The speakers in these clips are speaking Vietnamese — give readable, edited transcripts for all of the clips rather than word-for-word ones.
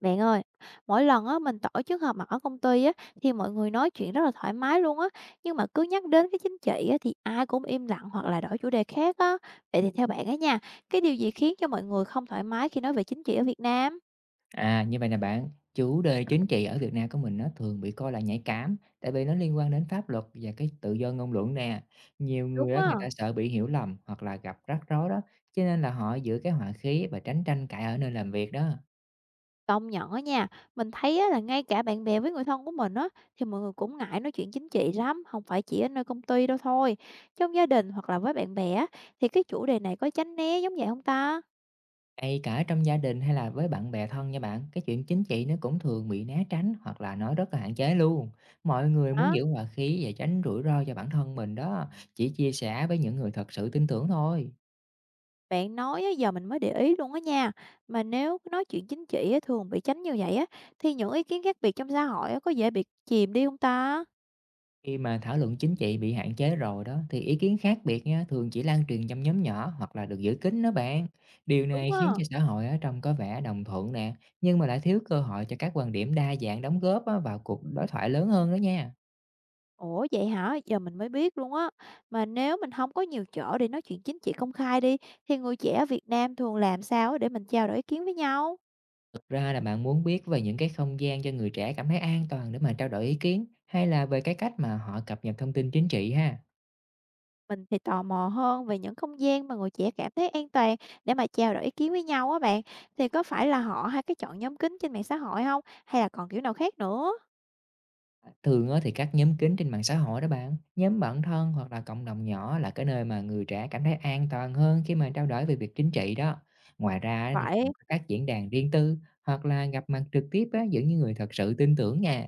Bạn ơi, mỗi lần á mình tổ chức họp mặt ở công ty á thì mọi người nói chuyện rất là thoải mái luôn á, nhưng mà cứ nhắc đến cái chính trị á thì ai cũng im lặng hoặc là đổi chủ đề khác á. Vậy thì theo bạn á nha, cái điều gì khiến cho mọi người không thoải mái khi nói về chính trị ở Việt Nam? À, như vậy là bạn, chủ đề chính trị ở Việt Nam của mình nó thường bị coi là nhạy cảm, tại vì nó liên quan đến pháp luật và cái tự do ngôn luận nè. Nhiều người Đúng á, á. người ta sợ bị hiểu lầm hoặc là gặp rắc rối đó, cho nên là họ giữ cái hòa khí và tránh tranh cãi ở nơi làm việc đó. Công nhận á nha, mình thấy á là ngay cả bạn bè với người thân của mình á thì mọi người cũng ngại nói chuyện chính trị lắm, không phải chỉ ở nơi công ty đâu thôi. Trong gia đình hoặc là với bạn bè á thì cái chủ đề này có tránh né giống vậy không ta? Hay cả trong gia đình hay là với bạn bè thân nha bạn, cái chuyện chính trị nó cũng thường bị né tránh hoặc là nói rất là hạn chế luôn. Mọi người muốn Đó. giữ hòa khí và tránh rủi ro cho bản thân mình đó, chỉ chia sẻ với những người thật sự tin tưởng thôi. Bạn nói á, giờ mình mới để ý luôn á nha. Mà nếu nói chuyện chính trị á, thường bị tránh như vậy á, thì những ý kiến khác biệt trong xã hội á, có dễ bị chìm đi không ta? Khi mà thảo luận chính trị bị hạn chế rồi đó thì ý kiến khác biệt nha thường chỉ lan truyền trong nhóm nhỏ hoặc là được giữ kín đó bạn. Điều Đúng này khiến á. cho xã hội ở trong có vẻ đồng thuận nè, nhưng mà lại thiếu cơ hội cho các quan điểm đa dạng đóng góp á, vào cuộc đối thoại lớn hơn đó nha. Ủa vậy hả? Giờ mình mới biết luôn á. Mà nếu mình không có nhiều chỗ để nói chuyện chính trị công khai đi, thì người trẻ ở Việt Nam thường làm sao để mình trao đổi ý kiến với nhau? Thực ra là bạn muốn biết về những cái không gian cho người trẻ cảm thấy an toàn để mà trao đổi ý kiến, hay là về cái cách mà họ cập nhật thông tin chính trị ha? Mình thì tò mò hơn về những không gian mà người trẻ cảm thấy an toàn để mà trao đổi ý kiến với nhau á bạn. Thì có phải là họ hay cái chọn nhóm kín trên mạng xã hội không? Hay là còn kiểu nào khác nữa? Thường á thì các nhóm kín trên mạng xã hội đó bạn, nhóm bạn thân hoặc là cộng đồng nhỏ là cái nơi mà người trẻ cảm thấy an toàn hơn khi mà trao đổi về việc chính trị đó. Ngoài ra á thì Vậy. cũng có các diễn đàn riêng tư, hoặc là gặp mặt trực tiếp á, giữa những người thật sự tin tưởng nha.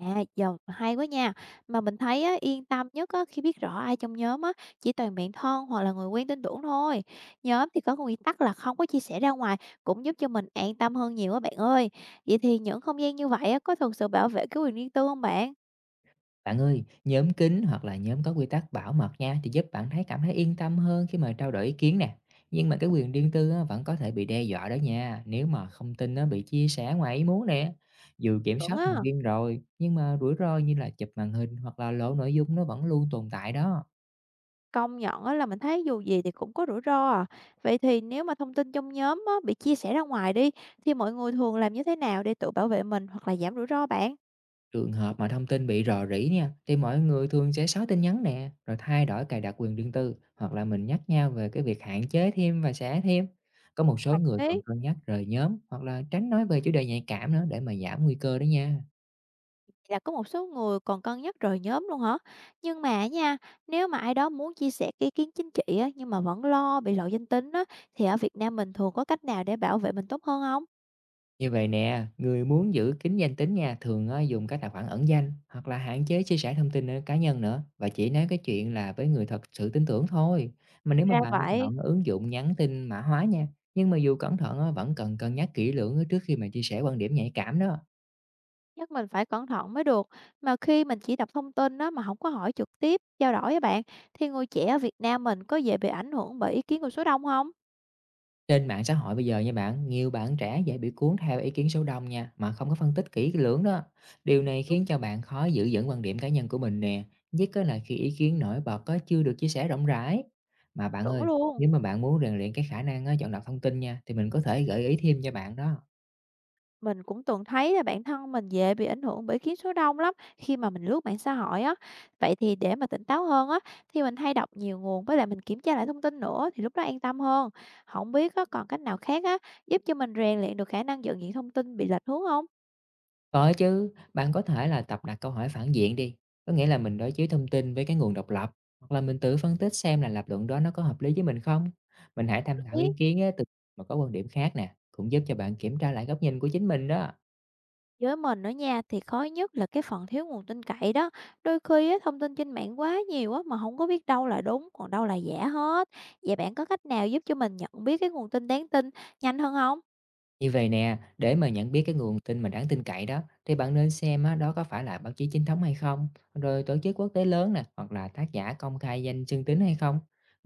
À, giờ hay quá nha. Mà mình thấy á, yên tâm nhất á, khi biết rõ ai trong nhóm á, chỉ toàn bạn thân hoặc là người quen tin tưởng thôi. Nhóm thì có quy tắc là không có chia sẻ ra ngoài cũng giúp cho mình an tâm hơn nhiều á bạn ơi. Vậy thì những không gian như vậy á, có thực sự bảo vệ cái quyền riêng tư không bạn? Bạn ơi, nhóm kín hoặc là nhóm có quy tắc bảo mật nha thì giúp bạn thấy cảm thấy yên tâm hơn khi mà trao đổi ý kiến nè. Nhưng mà cái quyền riêng tư á, vẫn có thể bị đe dọa đó nha, nếu mà thông tin nó bị chia sẻ ngoài ý muốn nè. Dù kiểm Vẫn soát á, thành viên rồi, nhưng mà rủi ro như là chụp màn hình hoặc là lộ nội dung nó vẫn luôn tồn tại đó. công nhận á, là mình thấy dù gì thì cũng có rủi ro à. Vậy thì nếu mà thông tin trong nhóm á, bị chia sẻ ra ngoài đi, thì mọi người thường làm như thế nào để tự bảo vệ mình hoặc là giảm rủi ro bạn? Trường hợp mà thông tin bị rò rỉ nha, thì mọi người thường sẽ xóa tin nhắn nè, rồi thay đổi cài đặt quyền riêng tư, hoặc là mình nhắc nhau về cái việc hạn chế thêm và xóa thêm. Có một số Hợp người còn lý. cân nhắc rời nhóm hoặc là tránh nói về chủ đề nhạy cảm nữa, để mà giảm nguy cơ đó nha. Là có một số người còn cân nhắc rời nhóm luôn hả? Nhưng mà nha, nếu mà ai đó muốn chia sẻ cái ý kiến chính trị á, nhưng mà vẫn lo bị lộ danh tính á, thì ở Việt Nam mình thường có cách nào để bảo vệ mình tốt hơn không? Như vậy nè, người muốn giữ kín danh tính nha, thường á, dùng các tài khoản ẩn danh hoặc là hạn chế chia sẻ thông tin cá nhân nữa, và chỉ nói cái chuyện là với người thật sự tin tưởng thôi. Mà nếu mà Ra bạn vậy, chọn ứng dụng nhắn tin mã hóa nha, nhưng mà dù cẩn thận á, vẫn cần cân nhắc kỹ lưỡng trước khi mà chia sẻ quan điểm nhạy cảm đó. chắc mình phải cẩn thận mới được. Mà khi mình chỉ đọc thông tin á, mà không có hỏi trực tiếp, trao đổi với bạn, thì người trẻ ở Việt Nam mình có dễ bị ảnh hưởng bởi ý kiến của số đông không? Trên mạng xã hội bây giờ nha bạn, nhiều bạn trẻ dễ bị cuốn theo ý kiến số đông nha, mà không có phân tích kỹ lưỡng đó. Điều này Đúng khiến cho bạn khó giữ vững quan điểm cá nhân của mình nè, nhất á là khi ý kiến nổi bật có chưa được chia sẻ rộng rãi. Mà bạn chuẩn ơi, luôn. nếu mà bạn muốn rèn luyện cái khả năng á chọn lọc thông tin nha, thì mình có thể gợi ý thêm cho bạn đó. Mình cũng từng thấy là bản thân mình dễ bị ảnh hưởng bởi kiến số đông lắm khi mà mình lướt mạng xã hội á. Vậy thì để mà tỉnh táo hơn á, thì mình hay đọc nhiều nguồn với lại mình kiểm tra lại thông tin nữa thì lúc đó an tâm hơn. Không biết có còn cách nào khác á giúp cho mình rèn luyện được khả năng nhận diện thông tin bị lệch hướng không? Có chứ, bạn có thể là tập đặt câu hỏi phản diện đi, có nghĩa là mình đối chiếu thông tin với cái nguồn độc lập, hoặc là mình tự phân tích xem là lập luận đó nó có hợp lý với mình không. Mình hãy tham khảo ý Biết kiến á, từ mà có quan điểm khác nè, cũng giúp cho bạn kiểm tra lại góc nhìn của chính mình đó. với mình nữa nha, thì khó nhất là cái phần thiếu nguồn tin cậy đó. Đôi khi á, thông tin trên mạng quá nhiều á mà không có biết đâu là đúng còn đâu là giả hết. Vậy bạn có cách nào giúp cho mình nhận biết cái nguồn tin đáng tin nhanh hơn không? Như vậy nè, để mà nhận biết cái nguồn tin mà đáng tin cậy đó, thì bạn nên xem á, đó có phải là báo chí chính thống hay không, rồi tổ chức quốc tế lớn nè, hoặc là tác giả công khai danh xưng tín hay không.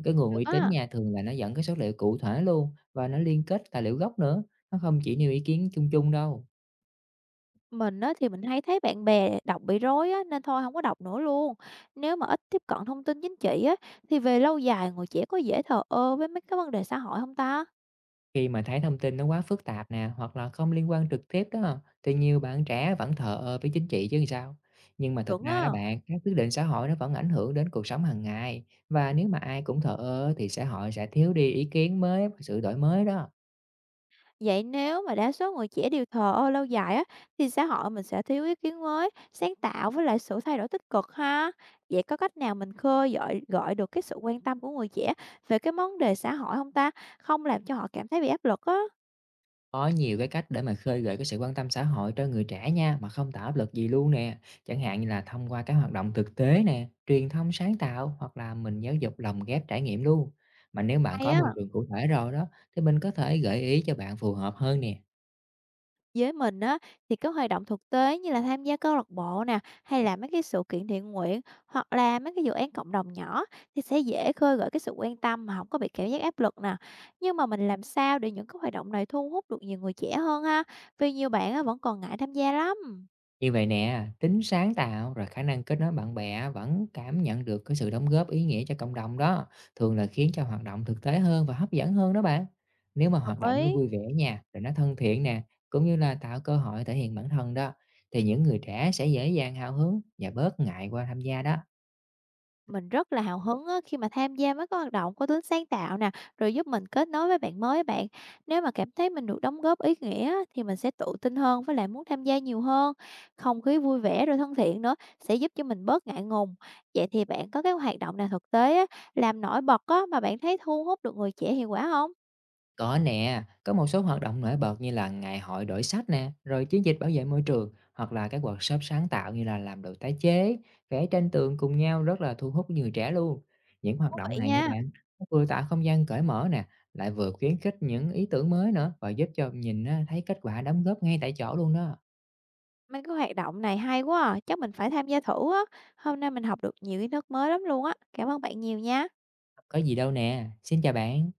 Cái nguồn Được uy tín á. nha, thường là nó dẫn cái số liệu cụ thể luôn, và nó liên kết tài liệu gốc nữa, nó không chỉ nêu ý kiến chung chung đâu. Mình á thì mình hay thấy bạn bè đọc bị rối á, nên thôi không có đọc nữa luôn. Nếu mà ít tiếp cận thông tin chính trị á, thì về lâu dài người trẻ có dễ thờ ơ với mấy cái vấn đề xã hội không ta? Khi mà thấy thông tin nó quá phức tạp nè, hoặc là không liên quan trực tiếp đó, thì nhiều bạn trẻ vẫn thờ ơ với chính trị chứ làm sao. Nhưng mà thực Chuẩn ra á. đó bạn, các quyết định xã hội nó vẫn ảnh hưởng đến cuộc sống hàng ngày. Và nếu mà ai cũng thờ ơ thì xã hội sẽ thiếu đi ý kiến mới và sự đổi mới đó. Vậy nếu mà đa số người trẻ đều thờ ơ lâu dài á, thì xã hội mình sẽ thiếu ý kiến mới, sáng tạo với lại sự thay đổi tích cực ha. Vậy có cách nào mình khơi gợi gợi được cái sự quan tâm của người trẻ về cái vấn đề xã hội không ta? Không làm cho họ cảm thấy bị áp lực á. Có nhiều cái cách để mà khơi gợi cái sự quan tâm xã hội cho người trẻ nha, mà không tạo áp lực gì luôn nè. Chẳng hạn như là thông qua các hoạt động thực tế nè, truyền thông sáng tạo, hoặc là mình giáo dục lồng ghép trải nghiệm luôn. Mà nếu bạn Hay có môi á. trường cụ thể rồi đó, thì mình có thể gợi ý cho bạn phù hợp hơn nè. Với mình á, thì cái hoạt động thực tế như là tham gia câu lạc bộ nè, hay là mấy cái sự kiện thiện nguyện, hoặc là mấy cái dự án cộng đồng nhỏ thì sẽ dễ khơi gợi cái sự quan tâm mà không có bị cảm giác áp lực nè. Nhưng mà mình làm sao để những cái hoạt động này thu hút được nhiều người trẻ hơn ha? Vì nhiều bạn á vẫn còn ngại tham gia lắm. Như vậy nè, tính sáng tạo rồi khả năng kết nối bạn bè vẫn cảm nhận được cái sự đóng góp ý nghĩa cho cộng đồng đó, thường là khiến cho hoạt động thực tế hơn và hấp dẫn hơn đó bạn. Nếu mà hoạt Đồng động nó ý. vui vẻ nha, rồi nó thân thiện nè, cũng như là tạo cơ hội thể hiện bản thân đó, thì những người trẻ sẽ dễ dàng hào hứng và bớt ngại qua tham gia đó. Mình rất là hào hứng á, khi mà tham gia mấy cái hoạt động có tính sáng tạo nè, rồi giúp mình kết nối với bạn mới á bạn. Nếu mà cảm thấy mình được đóng góp ý nghĩa á, thì mình sẽ tự tin hơn với lại muốn tham gia nhiều hơn. Không khí vui vẻ rồi thân thiện nữa sẽ giúp cho mình bớt ngại ngùng. Vậy thì bạn có cái hoạt động nào thực tế á, làm nổi bật á, mà bạn thấy thu hút được người trẻ hiệu quả không? Có nè, có một số hoạt động nổi bật như là ngày hội đổi sách nè, rồi chiến dịch bảo vệ môi trường, hoặc là các workshop sáng tạo như là làm đồ tái chế, vẽ tranh tường cùng nhau, rất là thu hút người trẻ luôn. Những hoạt Thú động vị này nha nha. bạn, nó vừa tạo không gian cởi mở nè, lại vừa khuyến khích những ý tưởng mới nữa, và giúp cho nhìn á, thấy kết quả đóng góp ngay tại chỗ luôn đó. Mấy cái hoạt động này hay quá à, chắc mình phải tham gia thử á. Hôm nay mình học được nhiều kiến thức mới lắm luôn á. Cảm ơn bạn nhiều nha. Có gì đâu nè, xin chào bạn.